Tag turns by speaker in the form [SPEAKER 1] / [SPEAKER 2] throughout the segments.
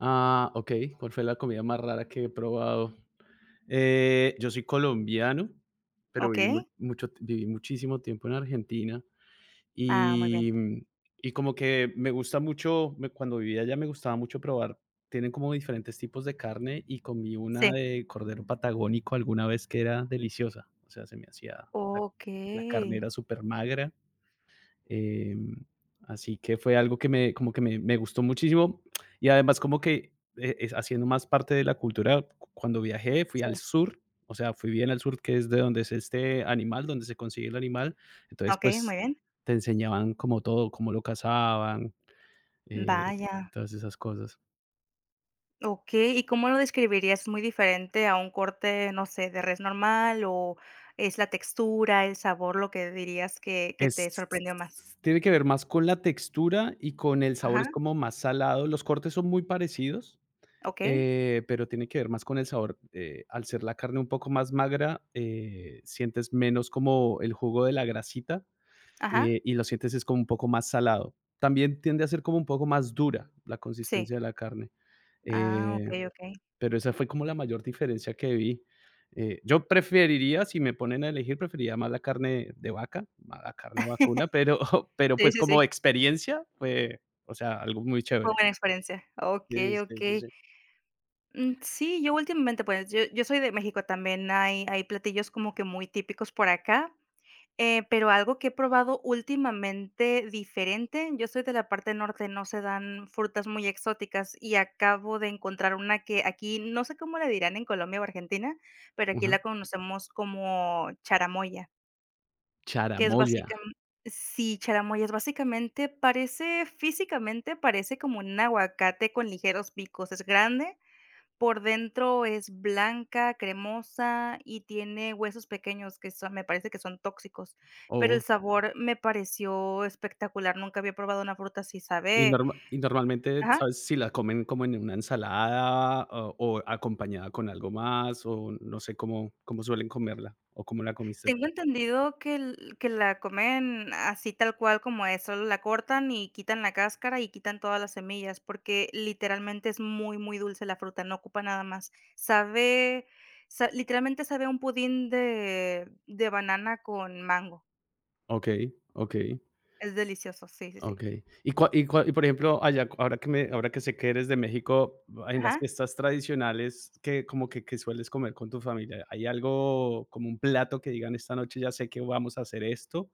[SPEAKER 1] Ah, ok. ¿Cuál fue la comida más rara que he probado? Yo soy colombiano, pero viví,
[SPEAKER 2] Okey.
[SPEAKER 1] mucho, viví muchísimo tiempo en Argentina
[SPEAKER 2] Ah, muy bien.
[SPEAKER 1] y, mm, y como que me gusta mucho, cuando vivía allá me gustaba mucho probar, tienen como diferentes tipos de carne y comí una
[SPEAKER 2] Sí.
[SPEAKER 1] de cordero patagónico alguna vez que era deliciosa, o sea, se me hacía, la
[SPEAKER 2] Okey.
[SPEAKER 1] carne era súper magra, eh, así que fue algo que como que me gustó muchísimo y además como que es haciendo más parte de la cultura, cuando viajé fui
[SPEAKER 2] Sí.
[SPEAKER 1] al sur, o sea, fui bien al sur, que es de donde es este animal, donde se consigue el animal. Entonces,
[SPEAKER 2] Okey,
[SPEAKER 1] pues
[SPEAKER 2] muy bien.
[SPEAKER 1] te enseñaban como todo, cómo lo cazaban, eh,
[SPEAKER 2] Vaya.
[SPEAKER 1] todas esas cosas.
[SPEAKER 2] Okey, ¿y cómo lo describirías? ¿Es muy diferente a un corte, no sé, de res normal o es la textura, el sabor, lo que dirías que te
[SPEAKER 1] Es,
[SPEAKER 2] sorprendió más?
[SPEAKER 1] tiene que ver más con la textura y con el sabor,
[SPEAKER 2] Ajá,
[SPEAKER 1] es como más salado. Los cortes son muy parecidos.
[SPEAKER 2] okey,
[SPEAKER 1] Pero tiene que ver más con el sabor. Al ser la carne un poco más magra, sientes menos como el jugo de la grasita,
[SPEAKER 2] ajá,
[SPEAKER 1] y lo sientes es como un poco más salado. También tiende a ser como un poco más dura la
[SPEAKER 2] sí.
[SPEAKER 1] consistencia de la carne,
[SPEAKER 2] Ah,
[SPEAKER 1] eh,
[SPEAKER 2] okey, okey.
[SPEAKER 1] pero esa fue como la mayor diferencia que vi. Yo preferiría, si me ponen a elegir, preferiría más la carne de vaca, a la carne vacuna, pero pero,
[SPEAKER 2] Sí,
[SPEAKER 1] pues,
[SPEAKER 2] sí, sí,
[SPEAKER 1] como experiencia fue, o sea, algo muy
[SPEAKER 2] fue
[SPEAKER 1] chévere.
[SPEAKER 2] buena experiencia.
[SPEAKER 1] Sí,
[SPEAKER 2] Okey,
[SPEAKER 1] sí, sí,
[SPEAKER 2] okey.
[SPEAKER 1] sí.
[SPEAKER 2] Mm, sí, yo últimamente, pues, yo soy de México, también hay platillos como que muy típicos por acá. Pero algo que he probado últimamente diferente, yo soy de la parte norte, no se dan frutas muy exóticas y acabo de encontrar una que aquí, no sé cómo le dirán en Colombia o Argentina, pero aquí
[SPEAKER 1] Ajá.
[SPEAKER 2] la conocemos como charamoya, que es
[SPEAKER 1] Charamoya.
[SPEAKER 2] básicamente, sí, charamoya es básicamente, parece físicamente, parece como un aguacate con ligeros picos, es grande por dentro es blanca, cremosa y tiene huesos pequeños que son me parece que son tóxicos, pero el
[SPEAKER 1] Oh,
[SPEAKER 2] sabor me pareció espectacular, nunca había probado una fruta así,
[SPEAKER 1] y
[SPEAKER 2] sabe
[SPEAKER 1] norma y normalmente,
[SPEAKER 2] ajá,
[SPEAKER 1] ¿sabes si la comen como en una ensalada o acompañada con algo más? O no sé cómo cómo suelen comerla, o cómo la comiste
[SPEAKER 2] tengo
[SPEAKER 1] tú.
[SPEAKER 2] entendido que el que la comen así tal cual como es, solo la cortan y quitan la cáscara y quitan todas las semillas, porque literalmente es muy, muy dulce la fruta, no ocupa nada más. Sabe sa Literalmente sabe a un pudín de banana con mango,
[SPEAKER 1] Okey, okey.
[SPEAKER 2] es delicioso, sí, sí, sí.
[SPEAKER 1] Okey. Y cua y cua y por ejemplo, allá, ahora que sé que eres de México, en las
[SPEAKER 2] Ajá.
[SPEAKER 1] fiestas tradicionales, ¿qué como que qué sueles comer con tu familia? ¿Hay algo como un plato que digan: "Esta noche ya sé que vamos a hacer esto"?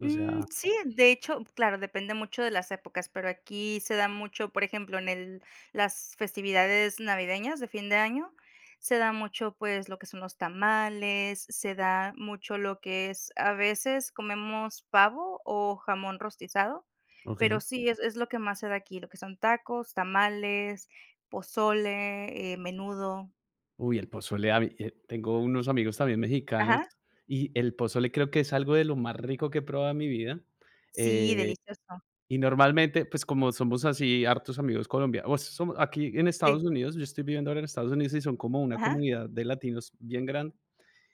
[SPEAKER 1] O
[SPEAKER 2] Mm,
[SPEAKER 1] sea,
[SPEAKER 2] sí, de hecho, claro, depende mucho de las épocas, pero aquí se da mucho, por ejemplo, en el las festividades navideñas de fin de año, se da mucho, pues, lo que son los tamales, se da mucho lo que es a veces comemos pavo o jamón rostizado, pero
[SPEAKER 1] okey.
[SPEAKER 2] sí, es lo que más se da aquí, lo que son tacos, tamales, pozole, menudo.
[SPEAKER 1] Uy, el pozole, a mí, tengo unos amigos también mexicanos
[SPEAKER 2] Ajá.
[SPEAKER 1] y el pozole creo que es algo de lo más rico que he probado en mi vida.
[SPEAKER 2] Sí,
[SPEAKER 1] Eh
[SPEAKER 2] delicioso.
[SPEAKER 1] Y normalmente, pues, como somos así hartos amigos colombianos, pues, somos aquí en
[SPEAKER 2] Sí.
[SPEAKER 1] Estados Unidos, yo estoy viviendo ahora en Estados Unidos y son como una
[SPEAKER 2] Ajá.
[SPEAKER 1] comunidad de latinos bien grande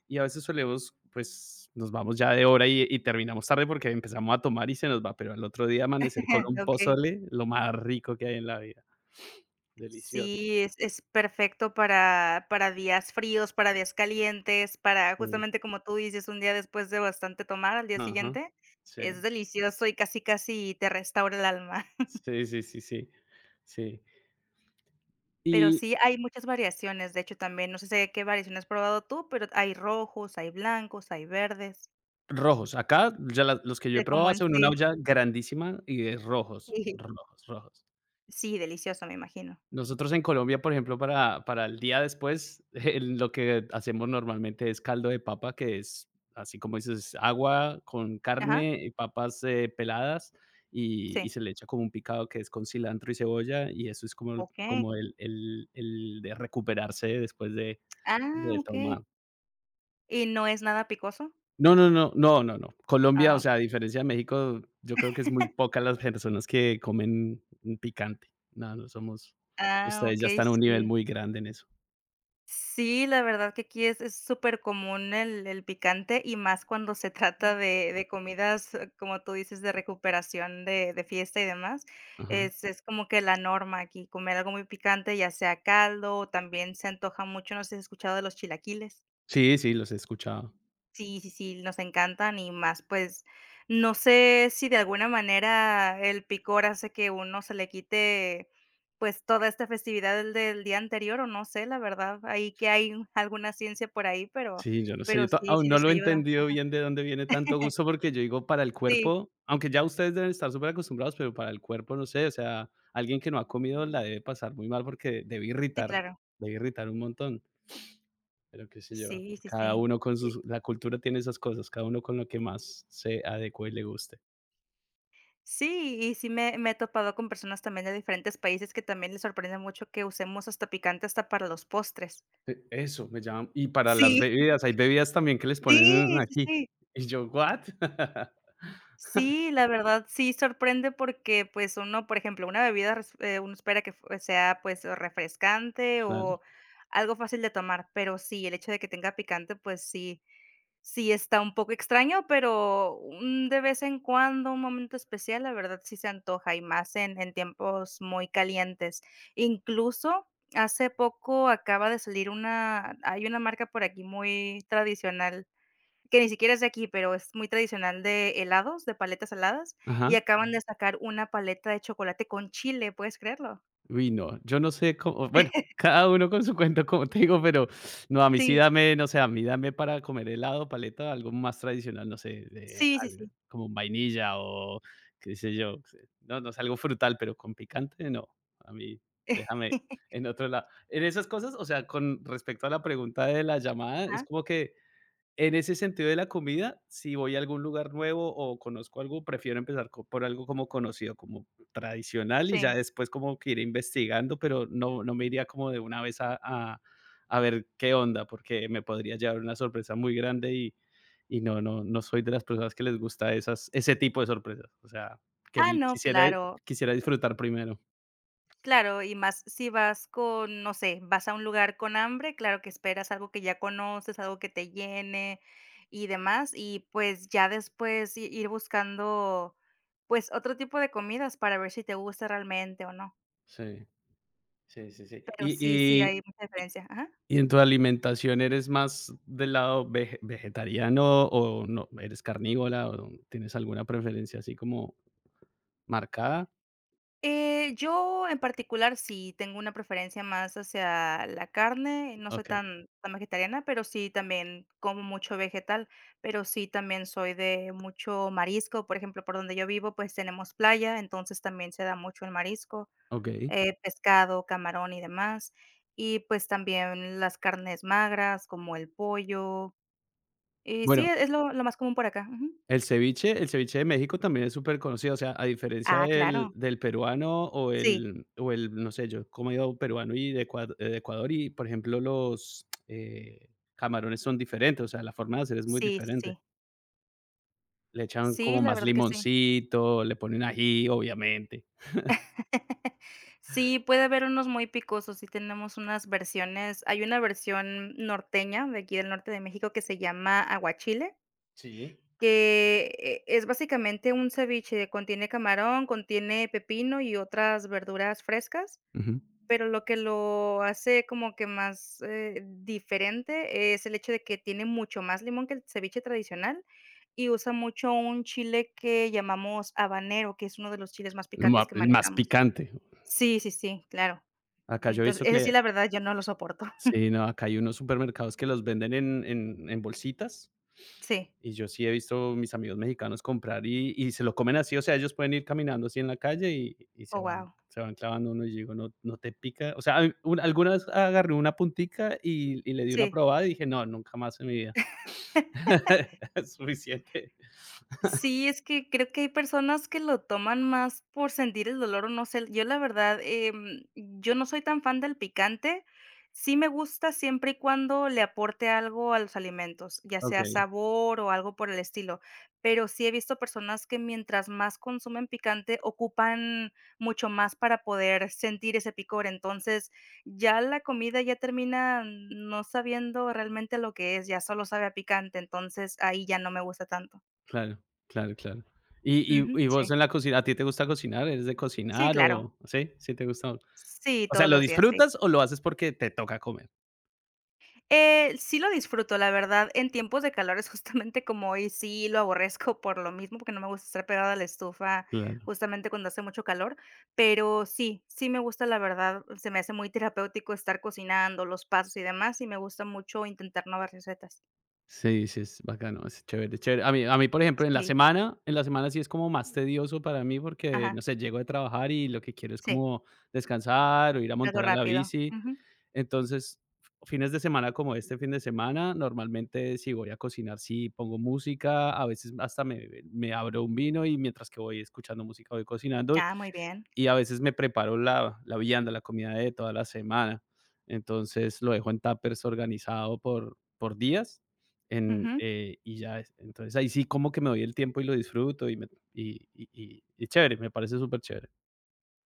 [SPEAKER 1] y a veces solemos, pues, nos vamos ya de hora y terminamos tarde porque empezamos a tomar y se nos va, pero al otro día amanecer con un
[SPEAKER 2] Okey.
[SPEAKER 1] pozole, lo más rico que hay en la vida, delicioso.
[SPEAKER 2] Sí, es perfecto para días fríos, para días calientes, para
[SPEAKER 1] Sí,
[SPEAKER 2] justamente como tú dices, un día después de bastante tomar, al día
[SPEAKER 1] ajá.
[SPEAKER 2] siguiente, es
[SPEAKER 1] Sí,
[SPEAKER 2] delicioso y casi, casi te restaura el alma.
[SPEAKER 1] sí, sí, sí, sí, sí.
[SPEAKER 2] Pero
[SPEAKER 1] Y
[SPEAKER 2] sí, hay muchas variaciones, de hecho, también, no sé de qué variación has probado tú, pero hay rojos, hay blancos, hay verdes,
[SPEAKER 1] rojos, acá ya la los que yo he
[SPEAKER 2] de
[SPEAKER 1] probado
[SPEAKER 2] como en
[SPEAKER 1] hacen una
[SPEAKER 2] sí.
[SPEAKER 1] olla grandísima y es rojos,
[SPEAKER 2] Sí,
[SPEAKER 1] rojos, rojos.
[SPEAKER 2] sí, delicioso, me imagino.
[SPEAKER 1] Nosotros en Colombia, por ejemplo, para el día después, el lo que hacemos normalmente es caldo de papa, que es, así como dices, agua con
[SPEAKER 2] Ajá,
[SPEAKER 1] carne y papas, peladas, y
[SPEAKER 2] sí,
[SPEAKER 1] se le echa como un picado que es con cilantro y cebolla, y eso es como
[SPEAKER 2] okey.
[SPEAKER 1] como el de recuperarse después
[SPEAKER 2] Ah,
[SPEAKER 1] de
[SPEAKER 2] okey.
[SPEAKER 1] tomar.
[SPEAKER 2] ¿Y no es nada picoso?
[SPEAKER 1] No, no, no, no, no, no. Colombia,
[SPEAKER 2] Ah,
[SPEAKER 1] o sea,
[SPEAKER 2] okey.
[SPEAKER 1] a diferencia de México, yo creo que es muy pocas las personas que comen picante. No, no somos,
[SPEAKER 2] Ah,
[SPEAKER 1] ustedes ya
[SPEAKER 2] okey,
[SPEAKER 1] están a un nivel
[SPEAKER 2] sí.
[SPEAKER 1] muy grande en eso.
[SPEAKER 2] Sí, la verdad que aquí es súper común el picante, y más cuando se trata de comidas, como tú dices, de recuperación de fiesta y demás.
[SPEAKER 1] Ajá.
[SPEAKER 2] Es como que la norma aquí, comer algo muy picante, ya sea caldo, o también se antoja mucho, no sé si has escuchado de los chilaquiles.
[SPEAKER 1] Sí, sí, los he escuchado.
[SPEAKER 2] Sí, sí, sí, nos encantan y más, pues, no sé si de alguna manera el picor hace que uno se le quite, pues, toda esta festividad del día anterior, o no sé, la verdad, ahí que hay alguna ciencia por ahí, pero
[SPEAKER 1] Sí, yo no sé, yo ta
[SPEAKER 2] sí,
[SPEAKER 1] aún
[SPEAKER 2] sí
[SPEAKER 1] no
[SPEAKER 2] les
[SPEAKER 1] lo he
[SPEAKER 2] ayuda.
[SPEAKER 1] entendido bien de dónde viene tanto gusto, porque yo digo, para el
[SPEAKER 2] Sí,
[SPEAKER 1] cuerpo, aunque ya ustedes deben estar superacostumbrados, pero para el cuerpo, no sé, o sea, alguien que no ha comido la debe pasar muy mal porque
[SPEAKER 2] sí, claro.
[SPEAKER 1] debe irritar un montón, pero qué sé yo,
[SPEAKER 2] Sí, sí,
[SPEAKER 1] cada
[SPEAKER 2] sí,
[SPEAKER 1] uno con
[SPEAKER 2] sí.
[SPEAKER 1] sus la cultura tiene esas cosas, cada uno con lo que más se adecue y le guste.
[SPEAKER 2] Sí, y sí me he topado con personas también de diferentes países que también les sorprende mucho que usemos hasta picante hasta para los postres.
[SPEAKER 1] Eso, me llama y para las
[SPEAKER 2] Sí, sí,
[SPEAKER 1] bebidas, hay bebidas también que les ponen
[SPEAKER 2] sí, sí.
[SPEAKER 1] aquí,
[SPEAKER 2] Sí.
[SPEAKER 1] y yo, ¿what?
[SPEAKER 2] Sí, la verdad sí sorprende porque, pues, uno, por ejemplo, una bebida res uno espera que f sea, pues, o refrescante
[SPEAKER 1] Claro,
[SPEAKER 2] o algo fácil de tomar, pero sí, el hecho de que tenga picante, pues sí, sí está un poco extraño, pero, de vez en cuando, un momento especial, la verdad sí se antoja, y más en tiempos muy calientes. Incluso, hace poco acaba de salir una hay una marca por aquí muy tradicional que ni siquiera es de aquí, pero es muy tradicional de helados, de paletas saladas, y
[SPEAKER 1] ajá.
[SPEAKER 2] acaban de sacar una paleta de chocolate con chile, ¿puedes creerlo?
[SPEAKER 1] Uy, no, yo no sé cómo, bueno, cada uno con su cuento, como te digo, pero no, a mí sí
[SPEAKER 2] Sí,
[SPEAKER 1] dame, no sé, a mí dame para comer helado, paleta, algo más tradicional, no sé, de
[SPEAKER 2] sí, sí,
[SPEAKER 1] algo
[SPEAKER 2] sí.
[SPEAKER 1] como vainilla o qué sé yo, qué sé, no, no sé, algo frutal, pero con picante no, a mí déjame en otro lado. En esas cosas, o sea, con respecto a la pregunta de la llamada, es
[SPEAKER 2] Ajá,
[SPEAKER 1] como que en ese sentido de la comida, si voy a algún lugar nuevo o conozco algo, prefiero empezar co por algo como conocido, como tradicional, y
[SPEAKER 2] sí.
[SPEAKER 1] ya después como que ir investigando, pero no, no me iría como de una vez a ver qué onda, porque me podría llevar una sorpresa muy grande y y no soy de las personas que les gusta esas ese tipo de sorpresas. O sea,
[SPEAKER 2] Ah,
[SPEAKER 1] queri
[SPEAKER 2] no,
[SPEAKER 1] quisiera
[SPEAKER 2] claro,
[SPEAKER 1] quisiera disfrutar primero.
[SPEAKER 2] claro, y más si vas con, no sé, vas a un lugar con hambre, claro que esperas algo que ya conoces, algo que te llene y demás, y pues ya después i ir buscando, pues otro tipo de comidas para ver si te gusta realmente o no.
[SPEAKER 1] Sí, sí, sí, sí.
[SPEAKER 2] Pero sí, sí
[SPEAKER 1] y
[SPEAKER 2] hay mucha diferencia. Ajá.
[SPEAKER 1] ¿Y en tu alimentación eres más del lado vegetariano o no? ¿Eres carnívora o no, tienes alguna preferencia así como marcada?
[SPEAKER 2] Yo en particular sí tengo una preferencia más hacia la carne, no soy
[SPEAKER 1] Okey,
[SPEAKER 2] tan, tan vegetariana, pero sí también como mucho vegetal, pero sí también soy de mucho marisco, por ejemplo, por donde yo vivo pues tenemos playa, entonces también se da mucho el marisco,
[SPEAKER 1] okey.
[SPEAKER 2] pescado, camarón y demás, y pues también las carnes magras como el pollo, y sí,
[SPEAKER 1] Bueno,
[SPEAKER 2] es lo más común por acá. Ujú.
[SPEAKER 1] el ceviche de México también es súper conocido, o sea, a diferencia
[SPEAKER 2] Ah,
[SPEAKER 1] del
[SPEAKER 2] claro,
[SPEAKER 1] del peruano
[SPEAKER 2] sí,
[SPEAKER 1] o el, no sé, yo he comido peruano y de Ecua de Ecuador y, por ejemplo, los, camarones son diferentes, o sea, la forma de hacer es muy
[SPEAKER 2] sí,
[SPEAKER 1] diferente.
[SPEAKER 2] sí,
[SPEAKER 1] Le echan
[SPEAKER 2] sí,
[SPEAKER 1] como
[SPEAKER 2] la
[SPEAKER 1] más
[SPEAKER 2] verdad que sí.
[SPEAKER 1] limoncito, le ponen ají, obviamente.
[SPEAKER 2] Sí, puede haber unos muy picosos, sí tenemos unas versiones. Hay una versión norteña de aquí del norte de México que se llama aguachile,
[SPEAKER 1] Sí.
[SPEAKER 2] que es básicamente un ceviche, contiene camarón, contiene pepino y otras verduras frescas,
[SPEAKER 1] Ujú.
[SPEAKER 2] pero lo que lo hace como que más, diferente es el hecho de que tiene mucho más limón que el ceviche tradicional y usa mucho un chile que llamamos habanero, que es uno de los chiles más picantes que
[SPEAKER 1] El más
[SPEAKER 2] manejamos.
[SPEAKER 1] picante.
[SPEAKER 2] Sí, sí, sí, claro.
[SPEAKER 1] Acá yo he
[SPEAKER 2] Entonces,
[SPEAKER 1] visto
[SPEAKER 2] ese sí,
[SPEAKER 1] que
[SPEAKER 2] la verdad, yo no lo soporto.
[SPEAKER 1] sí, no, acá hay unos supermercados que los venden en bolsitas,
[SPEAKER 2] Sí.
[SPEAKER 1] y yo sí he visto mis amigos mexicanos comprar y se lo comen así, o sea, ellos pueden ir caminando así en la calle y
[SPEAKER 2] Oh, guau.
[SPEAKER 1] se van clavando uno, y yo digo: "No, no te pica". O sea, a mí un alguna vez agarré una puntica y le di una
[SPEAKER 2] Sí.
[SPEAKER 1] probada y dije: "No, nunca más en mi vida". Es suficiente.
[SPEAKER 2] Sí, es que creo que hay personas que lo toman más por sentir el dolor, o no sé. Yo la verdad, yo no soy tan fan del picante. Sí me gusta siempre y cuando le aporte algo a los alimentos, ya sea
[SPEAKER 1] Okey,
[SPEAKER 2] sabor o algo por el estilo. Pero sí he visto personas que mientras más consumen picante, ocupan mucho más para poder sentir ese picor. Entonces, ya la comida ya termina no sabiendo realmente lo que es, ya solo sabe a picante. Entonces, ahí ya no me gusta tanto.
[SPEAKER 1] claro, claro, claro. Y y
[SPEAKER 2] Ujú,
[SPEAKER 1] y
[SPEAKER 2] sí.
[SPEAKER 1] vos en la cocina, ¿a ti te gusta cocinar? ¿Eres de
[SPEAKER 2] Sí,
[SPEAKER 1] cocinar
[SPEAKER 2] claro.
[SPEAKER 1] o sí? ¿Sí te gusta?
[SPEAKER 2] Sí,
[SPEAKER 1] O sea,
[SPEAKER 2] todos
[SPEAKER 1] ¿lo
[SPEAKER 2] los días, sí.
[SPEAKER 1] disfrutas o lo haces porque te toca comer?
[SPEAKER 2] Sí lo disfruto, la verdad, en tiempos de calor es justamente como hoy, sí lo aborrezco por lo mismo, porque no me gusta estar pegada a la estufa
[SPEAKER 1] Claro.
[SPEAKER 2] justamente cuando hace mucho calor, pero sí, sí me gusta, la verdad, se me hace muy terapéutico estar cocinando, los pasos y demás, y me gusta mucho intentar nuevas recetas.
[SPEAKER 1] Sí, sí, es bacano, es chévere, chévere. A mí, por ejemplo, en la
[SPEAKER 2] Sí,
[SPEAKER 1] semana en la semana sí es como más tedioso para mí porque,
[SPEAKER 2] ajá,
[SPEAKER 1] no sé, llego de trabajar y lo que quiero es
[SPEAKER 2] sí,
[SPEAKER 1] como descansar o ir a
[SPEAKER 2] algo
[SPEAKER 1] montar a la
[SPEAKER 2] rápido.
[SPEAKER 1] bici.
[SPEAKER 2] Ujú.
[SPEAKER 1] Entonces, fines de semana como este fin de semana, normalmente si voy a cocinar, sí pongo música, a veces hasta me abro un vino y mientras que voy escuchando música voy cocinando
[SPEAKER 2] Ah, muy bien.
[SPEAKER 1] y a veces me preparo la vianda, la comida de toda la semana. Entonces lo dejo en tuppers organizado por días en,
[SPEAKER 2] Ujú.
[SPEAKER 1] y ya. Entonces ahí sí como que me doy el tiempo y lo disfruto y chévere, me parece súper chévere.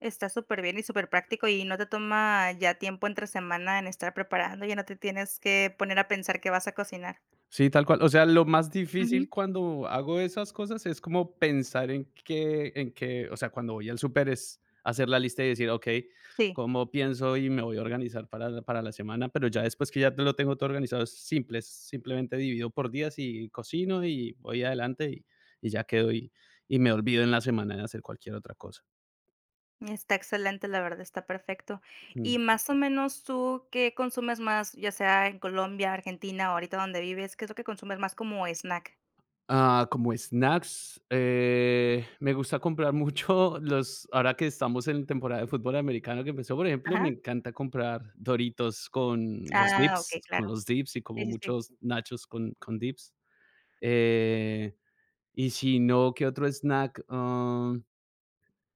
[SPEAKER 2] Está súper bien y súper práctico y no te toma ya tiempo entre semana en estar preparando, ya no te tienes que poner a pensar qué vas a cocinar.
[SPEAKER 1] Sí, tal cual. O sea, lo más
[SPEAKER 2] Ujú,
[SPEAKER 1] difícil cuando hago esas cosas es como pensar en qué o sea, cuando voy al súper es hacer la lista y decir: "Okey,
[SPEAKER 2] sí,
[SPEAKER 1] ¿cómo pienso y me voy a organizar para la semana?". Pero ya después que ya te lo tengo todo organizado, es simple, es simplemente divido por días y cocino y voy adelante y ya quedo y me olvido en la semana de hacer cualquier otra cosa.
[SPEAKER 2] está excelente, la verdad, está perfecto. Y más o menos, ¿tú qué consumes más, ya sea en Colombia, Argentina, ahorita donde vives? ¿Qué es lo que consumes más como snack?
[SPEAKER 1] Ah, como snacks, me gusta comprar mucho los, ahora que estamos en temporada de fútbol americano que empezó, por ejemplo, me
[SPEAKER 2] Ajá.
[SPEAKER 1] encanta comprar Doritos
[SPEAKER 2] Ah, okey, claro.
[SPEAKER 1] con los dips y
[SPEAKER 2] Sí,
[SPEAKER 1] como
[SPEAKER 2] sí, sí.
[SPEAKER 1] muchos nachos con dips. Eh, y si no, ¿qué otro snack? Ah,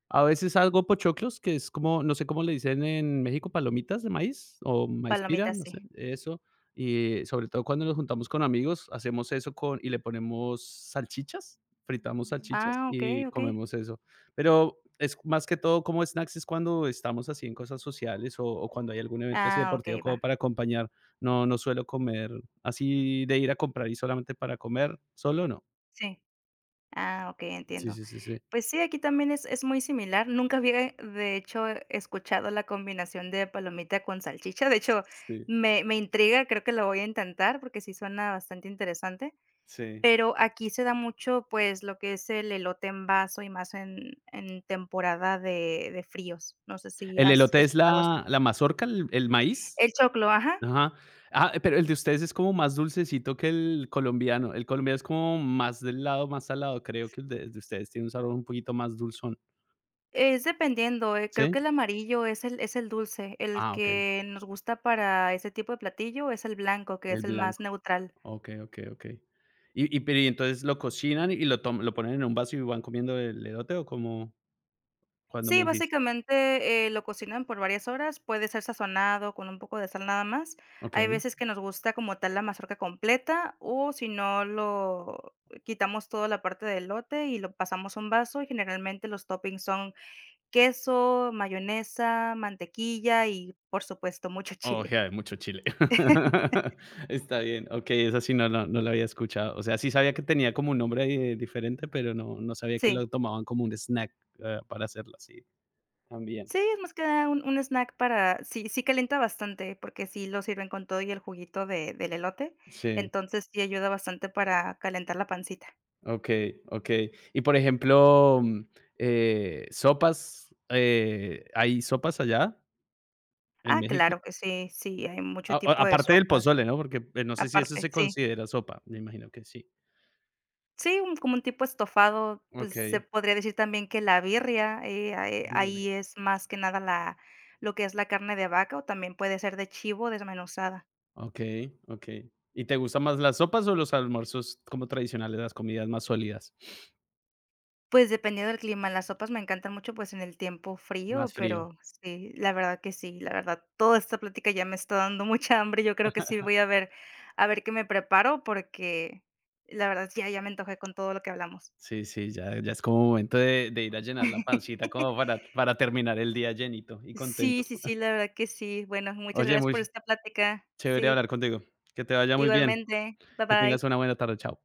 [SPEAKER 1] a veces hago pochoclos, que es como, no sé cómo le dicen en México, palomitas de maíz o maíz pira,
[SPEAKER 2] Palomitas,
[SPEAKER 1] no
[SPEAKER 2] sí.
[SPEAKER 1] sé, eso. Y sobre todo cuando nos juntamos con amigos, hacemos eso con y le ponemos salchichas, fritamos salchichas
[SPEAKER 2] Ah, okey,
[SPEAKER 1] y
[SPEAKER 2] okey.
[SPEAKER 1] comemos eso. Pero es más que todo como snacks, es cuando estamos así en cosas sociales o cuando hay algún evento así
[SPEAKER 2] Ah,
[SPEAKER 1] deportivo
[SPEAKER 2] okey, va.
[SPEAKER 1] como para acompañar. No, no suelo comer así de ir a comprar y solamente para comer, solo no.
[SPEAKER 2] Sí. Ah, okey,
[SPEAKER 1] Sí,
[SPEAKER 2] entiendo.
[SPEAKER 1] sí, sí, sí.
[SPEAKER 2] Pues sí, aquí también es muy similar. Nunca había, de hecho, escuchado la combinación de palomita con salchicha. De hecho,
[SPEAKER 1] Sí,
[SPEAKER 2] me intriga, creo que lo voy a intentar porque sí suena bastante interesante.
[SPEAKER 1] sí.
[SPEAKER 2] Pero aquí se da mucho, pues, lo que es el elote en vaso y más en temporada de fríos. No sé si
[SPEAKER 1] El
[SPEAKER 2] has
[SPEAKER 1] elote es
[SPEAKER 2] escuchado algo así.
[SPEAKER 1] la mazorca, el maíz.
[SPEAKER 2] El choclo, ajá.
[SPEAKER 1] Ajá. Ah, pero el de ustedes es como más dulcecito que el colombiano. El colombiano es como más del lado, más salado. Creo que el de ustedes tiene un sabor un poquito más dulzón,
[SPEAKER 2] Es dependiendo, creo que el
[SPEAKER 1] ¿sí?
[SPEAKER 2] amarillo es el dulce, el
[SPEAKER 1] Ah, okey,
[SPEAKER 2] que nos gusta para ese tipo de platillo es el blanco, que
[SPEAKER 1] el
[SPEAKER 2] es el más
[SPEAKER 1] blanco.
[SPEAKER 2] neutral.
[SPEAKER 1] Okey, okey, okey. Y entonces, ¿lo cocinan y lo ponen en un vaso y van comiendo el elote o cómo? ¿Cuando me
[SPEAKER 2] Sí,
[SPEAKER 1] dijiste?
[SPEAKER 2] básicamente, lo cocinan por varias horas, puede ser sazonado con un poco de sal nada más. Hay
[SPEAKER 1] Okey.
[SPEAKER 2] veces que nos gusta como tal la mazorca completa, o si no, lo quitamos toda la parte del lote y lo pasamos a un vaso, y generalmente los toppings son queso, mayonesa, mantequilla y, por supuesto, mucho
[SPEAKER 1] Oh,
[SPEAKER 2] chile.
[SPEAKER 1] ya, de mucho chile. Está bien, okey, esa sí no la había escuchado. O sea, sí sabía que tenía como un nombre ahí, diferente, pero no, no sabía que
[SPEAKER 2] Sí.
[SPEAKER 1] lo tomaban como un snack, ah, para hacerlo así también.
[SPEAKER 2] Sí, es más que nada un snack para sí calienta bastante, porque sí lo sirven con todo y el juguito de del elote,
[SPEAKER 1] Sí,
[SPEAKER 2] entonces sí ayuda bastante para calentar la pancita.
[SPEAKER 1] okey, okey. Y, por ejemplo, sopas, ¿hay sopas allá en
[SPEAKER 2] Ah,
[SPEAKER 1] México?
[SPEAKER 2] claro que sí, sí, hay mucho
[SPEAKER 1] A
[SPEAKER 2] tipo de
[SPEAKER 1] aparte del
[SPEAKER 2] sopas,
[SPEAKER 1] pozole, ¿no? Porque, pues, no sé si eso
[SPEAKER 2] aparte,
[SPEAKER 1] se
[SPEAKER 2] sí.
[SPEAKER 1] considera sopa, me imagino que sí.
[SPEAKER 2] Sí, un como un tipo estofado, pues, se
[SPEAKER 1] Okey.
[SPEAKER 2] podría decir también que la birria, ahí es más que nada la lo que es la carne de vaca, o también puede ser de chivo desmenuzada.
[SPEAKER 1] Okey, okey. ¿Y te gustan más las sopas o los almuerzos como tradicionales, las comidas más sólidas?
[SPEAKER 2] Pues, dependiendo del clima, las sopas me encantan mucho, pues, en el tiempo frío,
[SPEAKER 1] Más frío.
[SPEAKER 2] pero sí, la verdad que sí, la verdad, toda esta plática ya me está dando mucha hambre, yo creo que sí voy a ver qué me preparo, porque la verdad ya me antojé con todo lo que hablamos.
[SPEAKER 1] Sí, sí, ya ya es como momento de ir a llenar la pancita como para terminar el día llenito y
[SPEAKER 2] Sí,
[SPEAKER 1] contento.
[SPEAKER 2] sí, sí, la verdad que sí. Bueno, muchas
[SPEAKER 1] Oye,
[SPEAKER 2] gracias por
[SPEAKER 1] muy
[SPEAKER 2] esta plática.
[SPEAKER 1] chévere
[SPEAKER 2] Sí,
[SPEAKER 1] hablar contigo. Que te vaya muy bien.
[SPEAKER 2] igualmente. Bye,
[SPEAKER 1] Que tengas
[SPEAKER 2] bye.
[SPEAKER 1] una buena tarde. Chao.